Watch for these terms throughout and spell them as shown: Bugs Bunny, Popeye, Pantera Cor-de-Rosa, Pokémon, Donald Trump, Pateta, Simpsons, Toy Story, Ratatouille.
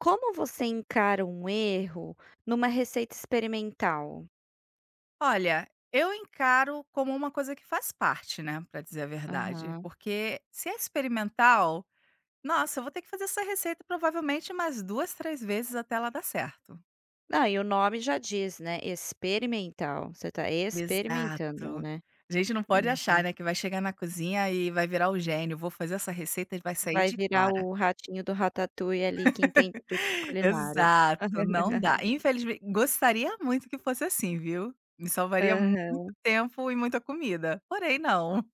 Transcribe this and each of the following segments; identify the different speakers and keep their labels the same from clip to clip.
Speaker 1: Como você encara um erro numa receita experimental?
Speaker 2: Olha, eu encaro como uma coisa que faz parte, né, pra dizer a verdade,
Speaker 1: Aham.
Speaker 2: porque se é experimental, nossa, eu vou ter que fazer essa receita provavelmente mais 2, 3 vezes até ela dar certo.
Speaker 1: Ah, e o nome já diz, né, experimental, você tá experimentando,
Speaker 2: Exato.
Speaker 1: né.
Speaker 2: A gente não pode achar,
Speaker 1: Uhum.
Speaker 2: né, que vai chegar na cozinha e vai virar o gênio, vou fazer essa receita e vai sair
Speaker 1: Vai
Speaker 2: de
Speaker 1: virar
Speaker 2: cara.
Speaker 1: o ratinho do Ratatouille ali que entende tudo de culinária.
Speaker 2: Exato, não dá. Infelizmente, gostaria muito que fosse assim, viu. Me salvaria muito
Speaker 1: Aham.
Speaker 2: tempo e muita comida, porém não.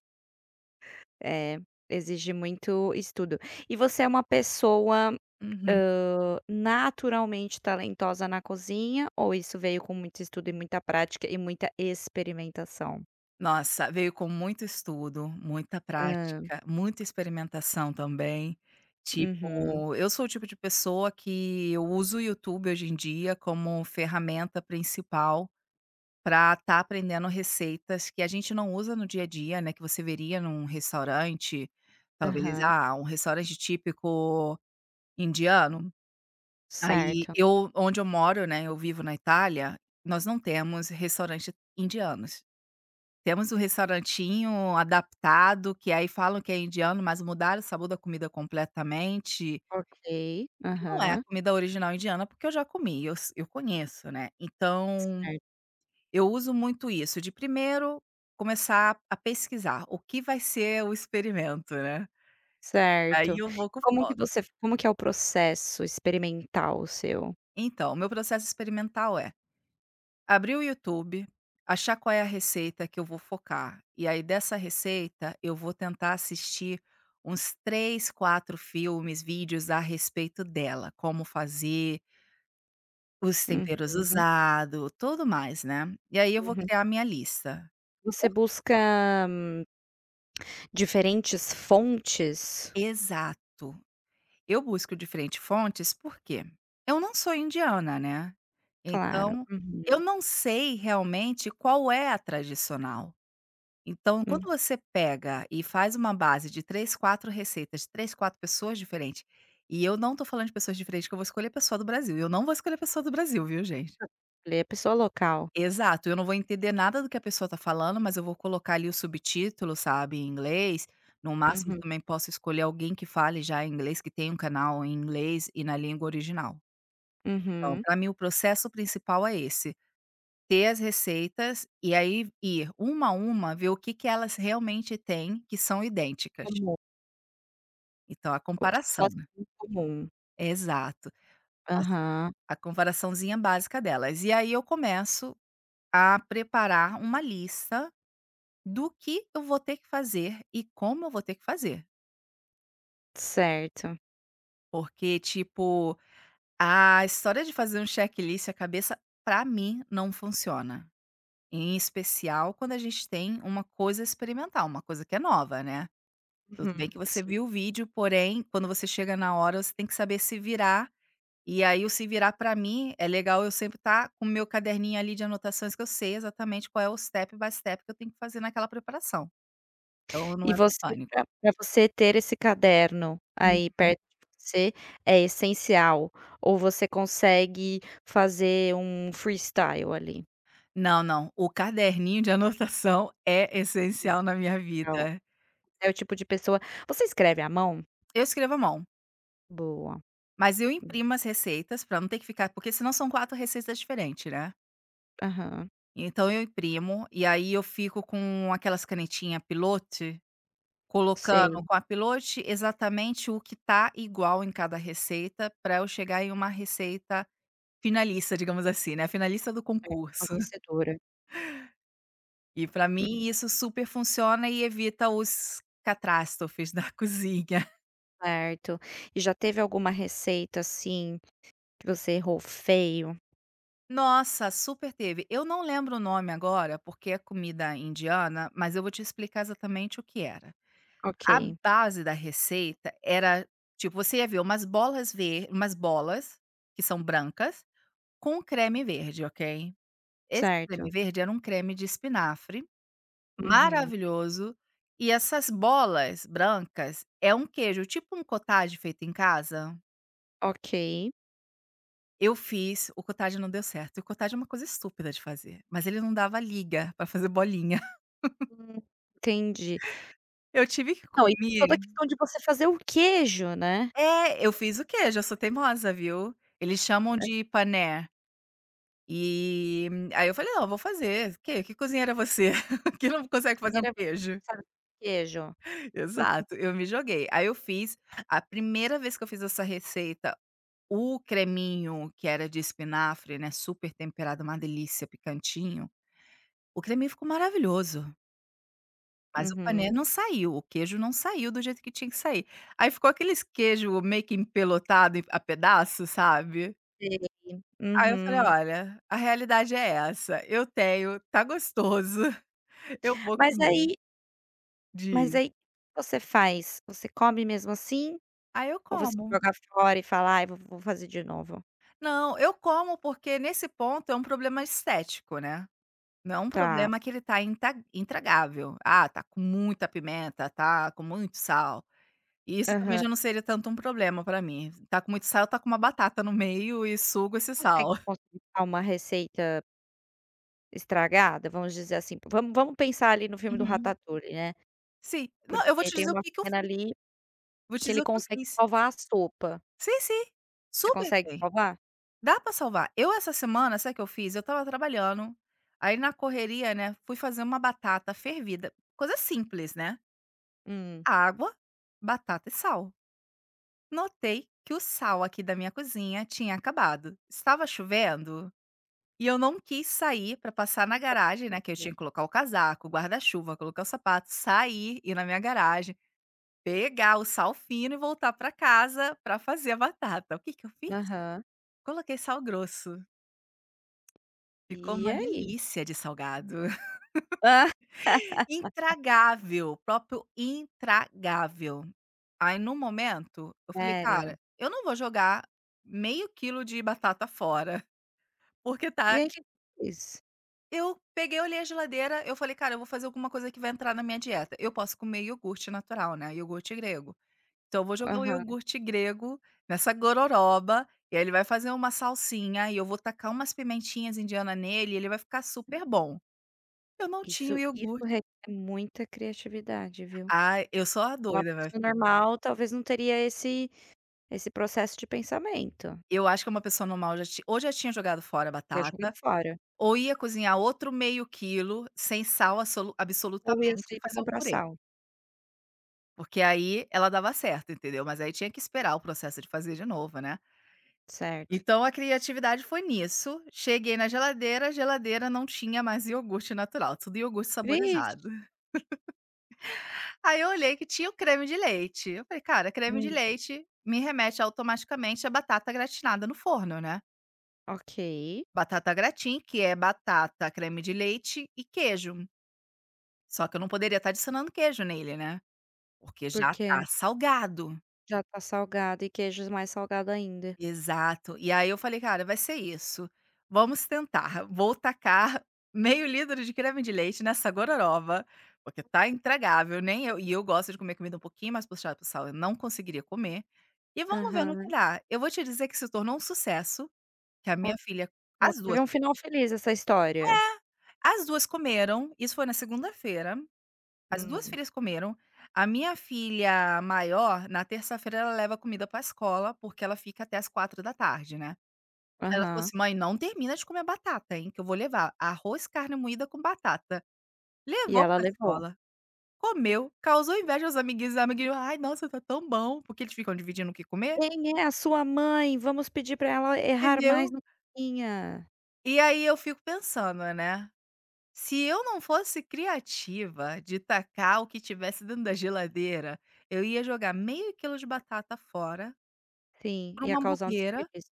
Speaker 1: É, exige muito estudo. E você é uma pessoa,
Speaker 2: Uhum.
Speaker 1: naturalmente talentosa na cozinha ou isso veio com muito estudo e muita prática e muita experimentação?
Speaker 2: Nossa, veio com muito estudo, muita prática, muita experimentação também.
Speaker 1: Uhum.
Speaker 2: Tipo, eu sou o tipo de pessoa que eu uso o YouTube hoje em dia como ferramenta principal para estar aprendendo receitas que a gente não usa no dia a dia, né? Que você veria num restaurante, talvez,
Speaker 1: Aham.
Speaker 2: um restaurante típico indiano. Aí
Speaker 1: Certo.
Speaker 2: eu, onde eu moro, né? Eu vivo na Itália, nós não temos restaurantes indianos. Temos um restaurantinho adaptado, que aí falam que é indiano, mas mudaram o sabor da comida completamente,
Speaker 1: Ok.
Speaker 2: e não é a
Speaker 1: Aham.
Speaker 2: comida original indiana, porque eu já comi, eu conheço, né. Então, eu uso muito isso, de primeiro começar a pesquisar o que vai ser o experimento, né, aí
Speaker 1: Certo,
Speaker 2: eu
Speaker 1: certo.
Speaker 2: vou com foco.
Speaker 1: Como que é o processo experimental seu?
Speaker 2: Então, o meu processo experimental é abrir o YouTube, achar qual é a receita que eu vou focar. E aí, dessa receita, eu vou tentar assistir uns 3, 4 filmes, vídeos a respeito dela, como fazer, os
Speaker 1: Uhum,
Speaker 2: temperos usados, tudo mais, né. E aí eu vou
Speaker 1: uhum.
Speaker 2: criar a minha lista.
Speaker 1: Você
Speaker 2: Por
Speaker 1: busca hum, diferentes fontes?
Speaker 2: Exato. Eu busco diferentes fontes, porque eu não sou indiana, né,
Speaker 1: Claro.
Speaker 2: então eu
Speaker 1: Uhum,
Speaker 2: não sei realmente qual é a tradicional. Então, quando
Speaker 1: hum.
Speaker 2: você pega e faz uma base de 3, 4 receitas, 3, 4 pessoas diferentes, e eu não tô falando de pessoas diferentes, que eu vou escolher pessoa do Brasil, eu não vou escolher pessoa do Brasil, viu, gente.
Speaker 1: Lê a pessoa local.
Speaker 2: Exato, eu não vou entender nada do que a pessoa tá falando, mas eu vou colocar ali o subtítulo, sabe, em inglês. No máximo,
Speaker 1: Uhum,
Speaker 2: também posso escolher alguém que fale já em inglês, que tenha um canal em inglês e na língua original. Então,
Speaker 1: uhum.
Speaker 2: para mim, o processo principal é esse. Ter as receitas e aí ir uma a uma, ver o que que elas realmente têm que são idênticas.
Speaker 1: Comum.
Speaker 2: Então a
Speaker 1: O que
Speaker 2: comparação,
Speaker 1: elas
Speaker 2: né.
Speaker 1: têm em comum.
Speaker 2: Exato. Faço
Speaker 1: Aham.
Speaker 2: a comparaçãozinha básica delas. E aí eu começo a preparar uma lista do que eu vou ter que fazer e como eu vou ter que fazer.
Speaker 1: Certo.
Speaker 2: Porque, tipo, a história de fazer um checklist à cabeça, pra mim, não funciona. Em especial quando a gente tem uma coisa experimental, uma coisa que é nova, né. Tudo bem que
Speaker 1: Uhum,
Speaker 2: você
Speaker 1: sim.
Speaker 2: viu o vídeo, porém, quando você chega na hora, você tem que saber se virar. E aí, o se virar, pra mim, é legal eu sempre estar com o meu caderninho ali de anotações, que eu sei exatamente qual é o step by step que eu tenho que fazer naquela preparação. Então, não
Speaker 1: E
Speaker 2: é um
Speaker 1: você
Speaker 2: pânico.
Speaker 1: pra você ter esse caderno
Speaker 2: Hum.
Speaker 1: aí perto de você é essencial, ou você consegue fazer um freestyle ali?
Speaker 2: Não, não. O caderninho de anotação é essencial na minha
Speaker 1: Legal,
Speaker 2: vida.
Speaker 1: é o tipo de pessoa você escreve à mão?
Speaker 2: Eu escrevo à mão,
Speaker 1: Boa,
Speaker 2: mas eu imprimo as receitas pra não ter que ficar porque senão são 4 receitas diferentes, né.
Speaker 1: aham,
Speaker 2: Então eu imprimo, e aí eu fico com aquelas canetinha pilote, colocando
Speaker 1: sei,
Speaker 2: com a pilote exatamente o que tá igual em cada receita, pra eu chegar em uma receita finalista, digamos assim, né, finalista do
Speaker 1: é uma
Speaker 2: concurso.
Speaker 1: vencedora.
Speaker 2: E pra
Speaker 1: Hum,
Speaker 2: mim isso super funciona e evita os catástrofes da cozinha.
Speaker 1: certo. E já teve alguma receita, assim, que você errou feio?
Speaker 2: Nossa, super teve. Eu não lembro o nome agora, porque é comida indiana, mas eu vou te explicar exatamente o que era. A
Speaker 1: Ok,
Speaker 2: base da receita era, tipo, você ia ver umas bolas, que são brancas, com creme verde, ok? Esse creme
Speaker 1: certo.
Speaker 2: verde era um creme de espinafre,
Speaker 1: Uhum,
Speaker 2: maravilhoso, e essas bolas brancas é um queijo, tipo um cottage feito em casa.
Speaker 1: ok.
Speaker 2: Eu fiz, o cottage não deu certo, e o cottage é uma coisa estúpida de fazer, mas ele não dava liga pra fazer bolinha.
Speaker 1: Hum, entendi.
Speaker 2: Eu tive que
Speaker 1: Não, e tem toda a
Speaker 2: comer
Speaker 1: questão de você fazer o queijo, né.
Speaker 2: é, eu fiz o queijo, eu sou teimosa, viu. Eles chamam de pané, e aí eu falei: "Não, eu vou fazer, que cozinheira é você, que não consegue fazer um
Speaker 1: Era
Speaker 2: queijo?".
Speaker 1: sabe, queijo.
Speaker 2: Exato, eu me joguei. Aí eu fiz a primeira vez que eu fiz essa receita, o creminho que era de espinafre, né, super temperado, uma delícia, picantinho, o creminho ficou maravilhoso, mas o pané
Speaker 1: Uhum.
Speaker 2: não saiu, o queijo não saiu do jeito que tinha que sair. Aí ficou aqueles queijo meio que empelotado em a pedaço, sabe.
Speaker 1: Sei.
Speaker 2: Aí eu falei:
Speaker 1: Uhum.
Speaker 2: "Olha, a realidade é essa, eu tenho, tá gostoso, eu vou
Speaker 1: Mas
Speaker 2: comer".
Speaker 1: aí mas
Speaker 2: Diz.
Speaker 1: aí o que você faz? Você come mesmo assim
Speaker 2: Aí eu
Speaker 1: ou você
Speaker 2: como.
Speaker 1: joga fora e fala: "Ai, vou fazer de novo"?
Speaker 2: Não, eu como porque nesse ponto é um problema estético, né. Não é um
Speaker 1: Tá.
Speaker 2: problema que ele tá inta intragável. Ah, tá com muita pimenta, tá com muito sal. E isso também
Speaker 1: Aham.
Speaker 2: já não seria tanto um problema pra mim. Tá com muito sal, tá com uma batata no meio e sugo esse
Speaker 1: Consegue
Speaker 2: sal. Uhum.
Speaker 1: consertar uma receita estragada? Vamos dizer assim, vamos pensar ali no filme do Ratatouille, né,
Speaker 2: Sim. Não, eu vou
Speaker 1: porque
Speaker 2: te
Speaker 1: tem
Speaker 2: dizer o
Speaker 1: uma
Speaker 2: que que eu
Speaker 1: cena
Speaker 2: fiz,
Speaker 1: ali
Speaker 2: vou te
Speaker 1: que
Speaker 2: dizer
Speaker 1: ele
Speaker 2: o que eu
Speaker 1: consegue
Speaker 2: fiz.
Speaker 1: salvar a sopa.
Speaker 2: Sim, sim,
Speaker 1: Você
Speaker 2: super
Speaker 1: consegue
Speaker 2: tem.
Speaker 1: salvar?
Speaker 2: Dá pra salvar. Eu essa semana, sabe o que eu fiz? Eu estava trabalhando, aí na correria, né, fui fazer uma batata fervida, coisa simples, né.
Speaker 1: Hum.
Speaker 2: Água, batata e sal. Notei que o sal aqui da minha cozinha tinha acabado. Estava chovendo e eu não quis sair para passar na garagem, né? Que eu tinha que colocar o casaco, o guarda-chuva, colocar o sapato, sair, ir na minha garagem, pegar o sal fino e voltar para casa para fazer a batata. O que, que eu fiz?
Speaker 1: Aham.
Speaker 2: Coloquei sal grosso. Ficou
Speaker 1: E
Speaker 2: uma
Speaker 1: aí?
Speaker 2: delícia de salgado.
Speaker 1: Ah,
Speaker 2: Intragável, próprio intragável. Aí no momento, eu falei: "Cara,
Speaker 1: Sério?
Speaker 2: eu não vou jogar meio quilo de batata fora, porque
Speaker 1: E
Speaker 2: tá",
Speaker 1: aí que você fez?
Speaker 2: eu peguei, olhei a geladeira, eu falei: "Cara, eu vou fazer alguma coisa que vai entrar na minha dieta". Eu posso comer iogurte natural, né, iogurte grego. Então eu vou jogar o
Speaker 1: Aham.
Speaker 2: iogurte grego nessa gororoba, e aí ele vai fazer uma salsinha, e eu vou tacar umas pimentinhas indiana nele, e ele vai ficar super bom. Eu não tinha o
Speaker 1: Isso
Speaker 2: iogurte.
Speaker 1: requer muita criatividade, viu.
Speaker 2: Ai, eu sou a
Speaker 1: Uma
Speaker 2: doida, né.
Speaker 1: pessoa normal talvez não teria esse processo de pensamento,
Speaker 2: Eu acho que uma pessoa normal já ti ou já tinha jogado fora a
Speaker 1: ia jogando
Speaker 2: batata,
Speaker 1: fora,
Speaker 2: ou ia cozinhar outro meio quilo sem sal
Speaker 1: ou ia
Speaker 2: absolutamente e
Speaker 1: sair pra
Speaker 2: fazer um
Speaker 1: comprar
Speaker 2: purê,
Speaker 1: sal.
Speaker 2: porque aí ela dava certo, entendeu? Mas aí tinha que esperar o processo de fazer de novo, né.
Speaker 1: Certo.
Speaker 2: Então a criatividade foi nisso, cheguei na geladeira, a geladeira não tinha mais iogurte natural, tudo iogurte
Speaker 1: Vixe!
Speaker 2: saborizado. Aí eu olhei que tinha o creme de leite, eu falei: "Cara, creme de
Speaker 1: Hum,
Speaker 2: leite me remete automaticamente à batata gratinada no forno, né".
Speaker 1: ok,
Speaker 2: Batata gratin, que é batata, creme de leite e queijo. Só que eu não poderia estar adicionando queijo nele, né, porque já
Speaker 1: porque
Speaker 2: tá salgado.
Speaker 1: já tá salgado e queijos mais salgado ainda.
Speaker 2: Exato. E aí eu falei: "Cara, vai ser isso. Vamos tentar. Vou tacar meio litro de creme de leite nessa gororoba, porque tá intragável, nem eu" e eu gosto de comer comida um pouquinho mais puxada para sal, eu não conseguiria comer. E vamos ver no que
Speaker 1: Aham.
Speaker 2: dá. Eu vou te dizer que se tornou um sucesso, que a
Speaker 1: Ó
Speaker 2: minha filha,
Speaker 1: ó,
Speaker 2: as 2,
Speaker 1: teve um final feliz essa história.
Speaker 2: as 2 comeram, isso foi na segunda-feira. As 2
Speaker 1: Hum,
Speaker 2: filhas comeram. A minha filha maior, na terça-feira, ela leva comida pra escola, porque ela fica até as quatro da tarde, né. Ela falou
Speaker 1: aham.
Speaker 2: assim: "Mãe, não termina de comer batata, hein, que eu vou levar arroz, carne moída com batata".
Speaker 1: E
Speaker 2: Levou
Speaker 1: ela
Speaker 2: pra
Speaker 1: levou.
Speaker 2: escola, comeu, causou inveja aos amiguinhos, os amiguinhos: "Ai, nossa, tá tão bom", porque eles ficam dividindo o que comer,
Speaker 1: "Quem é a sua mãe? Vamos pedir pra ela errar mais
Speaker 2: entendeu.
Speaker 1: na cozinha".
Speaker 2: E aí eu fico pensando, né, se eu não fosse criativa de tacar o que tivesse dentro da geladeira, eu ia jogar meio quilo de batata fora
Speaker 1: Sim,
Speaker 2: por
Speaker 1: ia
Speaker 2: uma
Speaker 1: causar um
Speaker 2: bobeira,
Speaker 1: desperdício.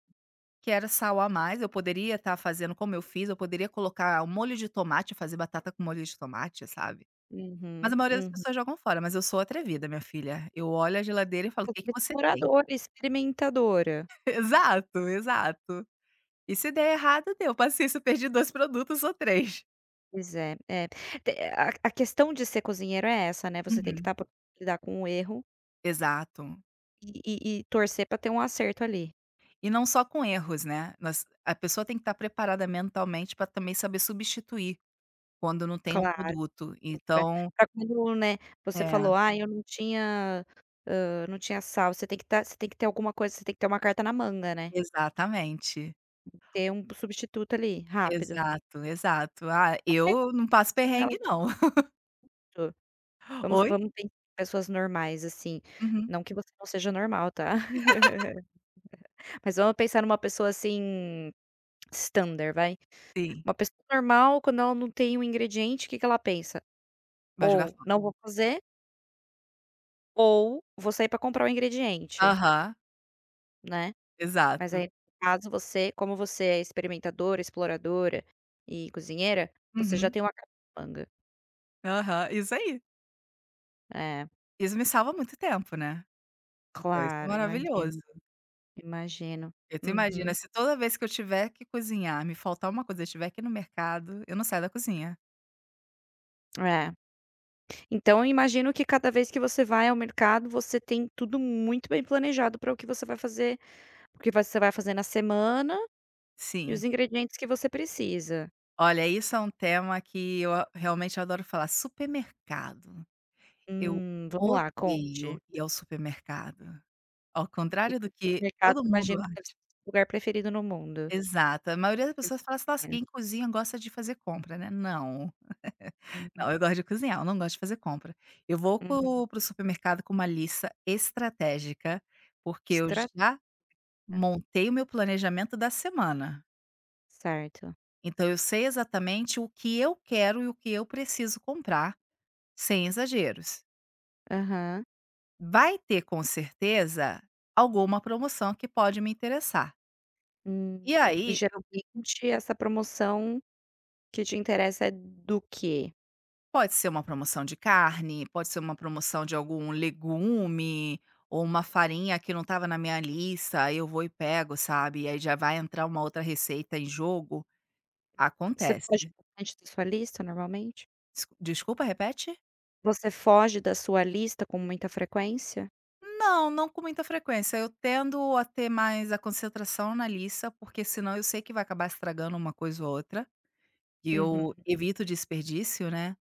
Speaker 2: que era sal a mais, eu poderia estar fazendo como eu fiz, eu poderia colocar o molho de tomate, fazer batata com molho de tomate, sabe. Mas a
Speaker 1: Uhum,
Speaker 2: maioria das
Speaker 1: uhum.
Speaker 2: pessoas jogam fora, mas eu sou atrevida, minha filha. Eu olho a geladeira e falo: "O que que você tem?"
Speaker 1: Exploradora, experimentadora.
Speaker 2: Exato, exato. E se der errado, deu. Paciência, eu perdi dois produtos ou três.
Speaker 1: Pois é, é. Te a questão de ser cozinheiro é essa, né, você tem que
Speaker 2: Uhum,
Speaker 1: estar pronto lidar com o erro
Speaker 2: exato.
Speaker 1: e torcer para ter um acerto ali.
Speaker 2: E não só com erros, né, nós a pessoa tem que estar preparada mentalmente para também saber substituir, quando não tem um
Speaker 1: Claro,
Speaker 2: produto. Então
Speaker 1: para quando, né, você
Speaker 2: é,
Speaker 1: falou: ah eu não tinha, não tinha sal", você tem que estar você tem que ter alguma coisa, você tem que ter uma carta na manga, né.
Speaker 2: exatamente.
Speaker 1: Ter um substituto ali, rápido.
Speaker 2: Exato, exato. Ah,
Speaker 1: É,
Speaker 2: eu não passo
Speaker 1: não, eu
Speaker 2: perrengue não.
Speaker 1: tô. Vamos
Speaker 2: Oi?
Speaker 1: vamos pensar em pessoas normais, assim,
Speaker 2: Uhum.
Speaker 1: não que você não seja normal, tá? Mas vamos pensar numa pessoa, assim, standard, vai.
Speaker 2: Sim,
Speaker 1: Uma pessoa normal, quando ela não tem um ingrediente, o que que ela pensa?
Speaker 2: vai jogar
Speaker 1: Ou
Speaker 2: fora.
Speaker 1: não vou fazer, ou vou sair pra comprar o ingrediente,
Speaker 2: Aham,
Speaker 1: né. Mas
Speaker 2: exato.
Speaker 1: aí, no caso, você como você é experimentadora, exploradora e cozinheira, você já
Speaker 2: Uhum,
Speaker 1: tem uma capanga.
Speaker 2: aham, isso aí.
Speaker 1: É,
Speaker 2: Isso me salva muito tempo, né. Então isso é
Speaker 1: claro,
Speaker 2: maravilhoso.
Speaker 1: imagino, imagino.
Speaker 2: Porque tu
Speaker 1: Uhum.
Speaker 2: imagina, se toda vez que eu tiver que cozinhar, me faltar uma coisa, eu tiver que no mercado, eu não saio da cozinha.
Speaker 1: É. Então eu imagino que cada vez que você vai ao mercado, você tem tudo muito bem planejado para o que você vai fazer Porque você vai fazer na semana e os
Speaker 2: Sim.
Speaker 1: ingredientes que você precisa.
Speaker 2: Olha, isso é um tema que eu a realmente adoro falar, supermercado. Eu
Speaker 1: Vamos lá,
Speaker 2: odeio
Speaker 1: conte.
Speaker 2: ir ao supermercado, ao contrário do
Speaker 1: O
Speaker 2: que
Speaker 1: mercado
Speaker 2: todo mundo
Speaker 1: imagino que deve
Speaker 2: acha.
Speaker 1: ser o seu lugar preferido no mundo.
Speaker 2: Exato. A maioria das pessoas fala assim: "Nossa,
Speaker 1: Cozinha.
Speaker 2: quem cozinha gosta de fazer compra, né". Não,
Speaker 1: Hum,
Speaker 2: não, eu gosto de cozinhar, eu não gosto de fazer compra. Eu vou
Speaker 1: uhum.
Speaker 2: para o supermercado com uma lista estratégica, porque eu
Speaker 1: Extratar,
Speaker 2: já montei o meu planejamento da semana.
Speaker 1: certo.
Speaker 2: Então eu sei exatamente o que eu quero e o que eu preciso comprar, sem exageros.
Speaker 1: Aham.
Speaker 2: Vai ter, com certeza, alguma promoção que pode me interessar. E
Speaker 1: Hum,
Speaker 2: aí
Speaker 1: geralmente essa promoção que te interessa é do quê?
Speaker 2: pode ser uma promoção de carne, pode ser uma promoção de algum legume ou uma farinha que não estava na minha lista, aí eu vou e pego, sabe? E aí já vai entrar uma outra receita em jogo.
Speaker 1: Você
Speaker 2: Acontece.
Speaker 1: foge bastante da sua lista normalmente?
Speaker 2: Desculpa, repete?
Speaker 1: Você foge da sua lista com muita frequência?
Speaker 2: Não, não com muita frequência. Eu tendo a ter mais a concentração na lista, porque senão eu sei que vai acabar estragando uma coisa ou outra. E eu
Speaker 1: Uhum.
Speaker 2: evito desperdício, né?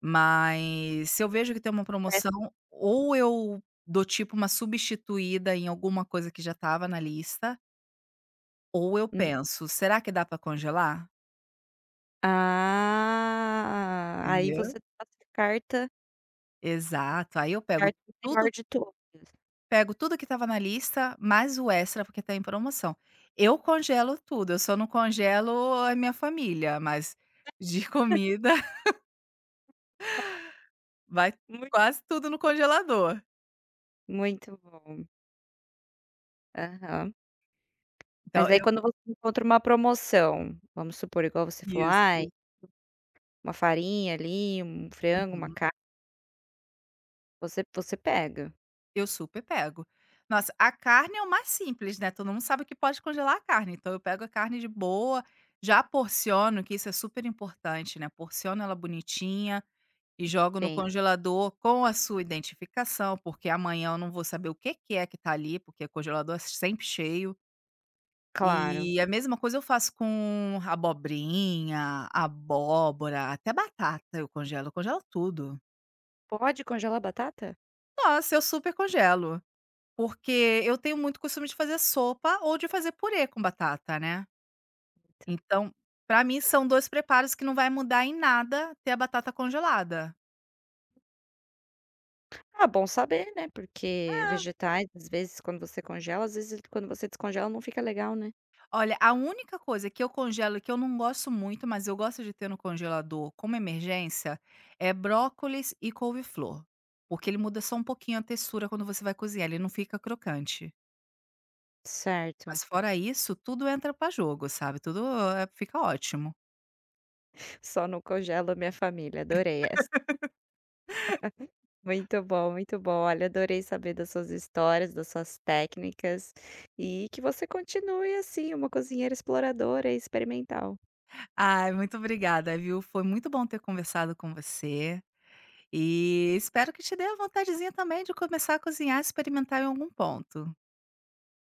Speaker 2: Mas se eu vejo que tem uma
Speaker 1: Faz
Speaker 2: promoção, ou eu dou tipo uma substituída em alguma coisa que já estava na lista, ou eu penso: "Será que dá para congelar?"
Speaker 1: Ah, aí
Speaker 2: Entendeu?
Speaker 1: você passa a carta
Speaker 2: Exato, aí eu
Speaker 1: carta
Speaker 2: tudo
Speaker 1: maior de todas.
Speaker 2: pego tudo que estava na lista, mais o extra porque está em promoção. Eu congelo tudo, eu só não congelo a minha família, mas de comida vai
Speaker 1: Mui
Speaker 2: quase tudo no congelador.
Speaker 1: muito bom. Aham.
Speaker 2: Então
Speaker 1: Mas aí
Speaker 2: eu
Speaker 1: quando você encontra uma promoção, vamos supor, igual você falou:
Speaker 2: Isso.
Speaker 1: "Ai, uma farinha ali, um frango, uma
Speaker 2: Uhum.
Speaker 1: carne", você pega?
Speaker 2: Eu super pego. Nossa, a carne é o mais simples, né, todo mundo sabe que pode congelar a carne, então eu pego a carne de boa, já porciono, que isso é super importante, né, porciono ela bonitinha e jogo no
Speaker 1: Sim,
Speaker 2: congelador com a sua identificação, porque amanhã eu não vou saber o que que é que tá ali, porque o congelador é sempre cheio.
Speaker 1: claro.
Speaker 2: E a mesma coisa eu faço com abobrinha, abóbora, até batata eu congelo tudo.
Speaker 1: Pode congelar batata?
Speaker 2: Nossa, eu super congelo. Porque eu tenho muito costume de fazer sopa ou de fazer purê com batata, né.
Speaker 1: Então.
Speaker 2: Então, pra mim são 2 preparos que não vai mudar em nada ter a batata congelada.
Speaker 1: Ah, bom saber, né, porque vegetais, às vezes, quando você congela, às vezes, quando você descongela, não fica legal, né.
Speaker 2: Olha, a única coisa que eu congelo e que eu não gosto muito, mas eu gosto de ter no congelador como emergência, é brócolis e couve-flor, porque ele muda só um pouquinho a textura quando você vai cozinhar, ele não fica crocante.
Speaker 1: Certo.
Speaker 2: Mas fora isso, tudo entra pra jogo, sabe, tudo, fica ótimo.
Speaker 1: Só não congelo a minha família, adorei essa. Muito bom, muito bom. Olha, adorei saber das suas histórias, das suas técnicas e que você continue assim, uma cozinheira exploradora e experimental.
Speaker 2: Ai, muito obrigada, viu. Foi muito bom ter conversado com você. E espero que te dê a vontadezinha também de começar a cozinhar, experimentar em algum ponto.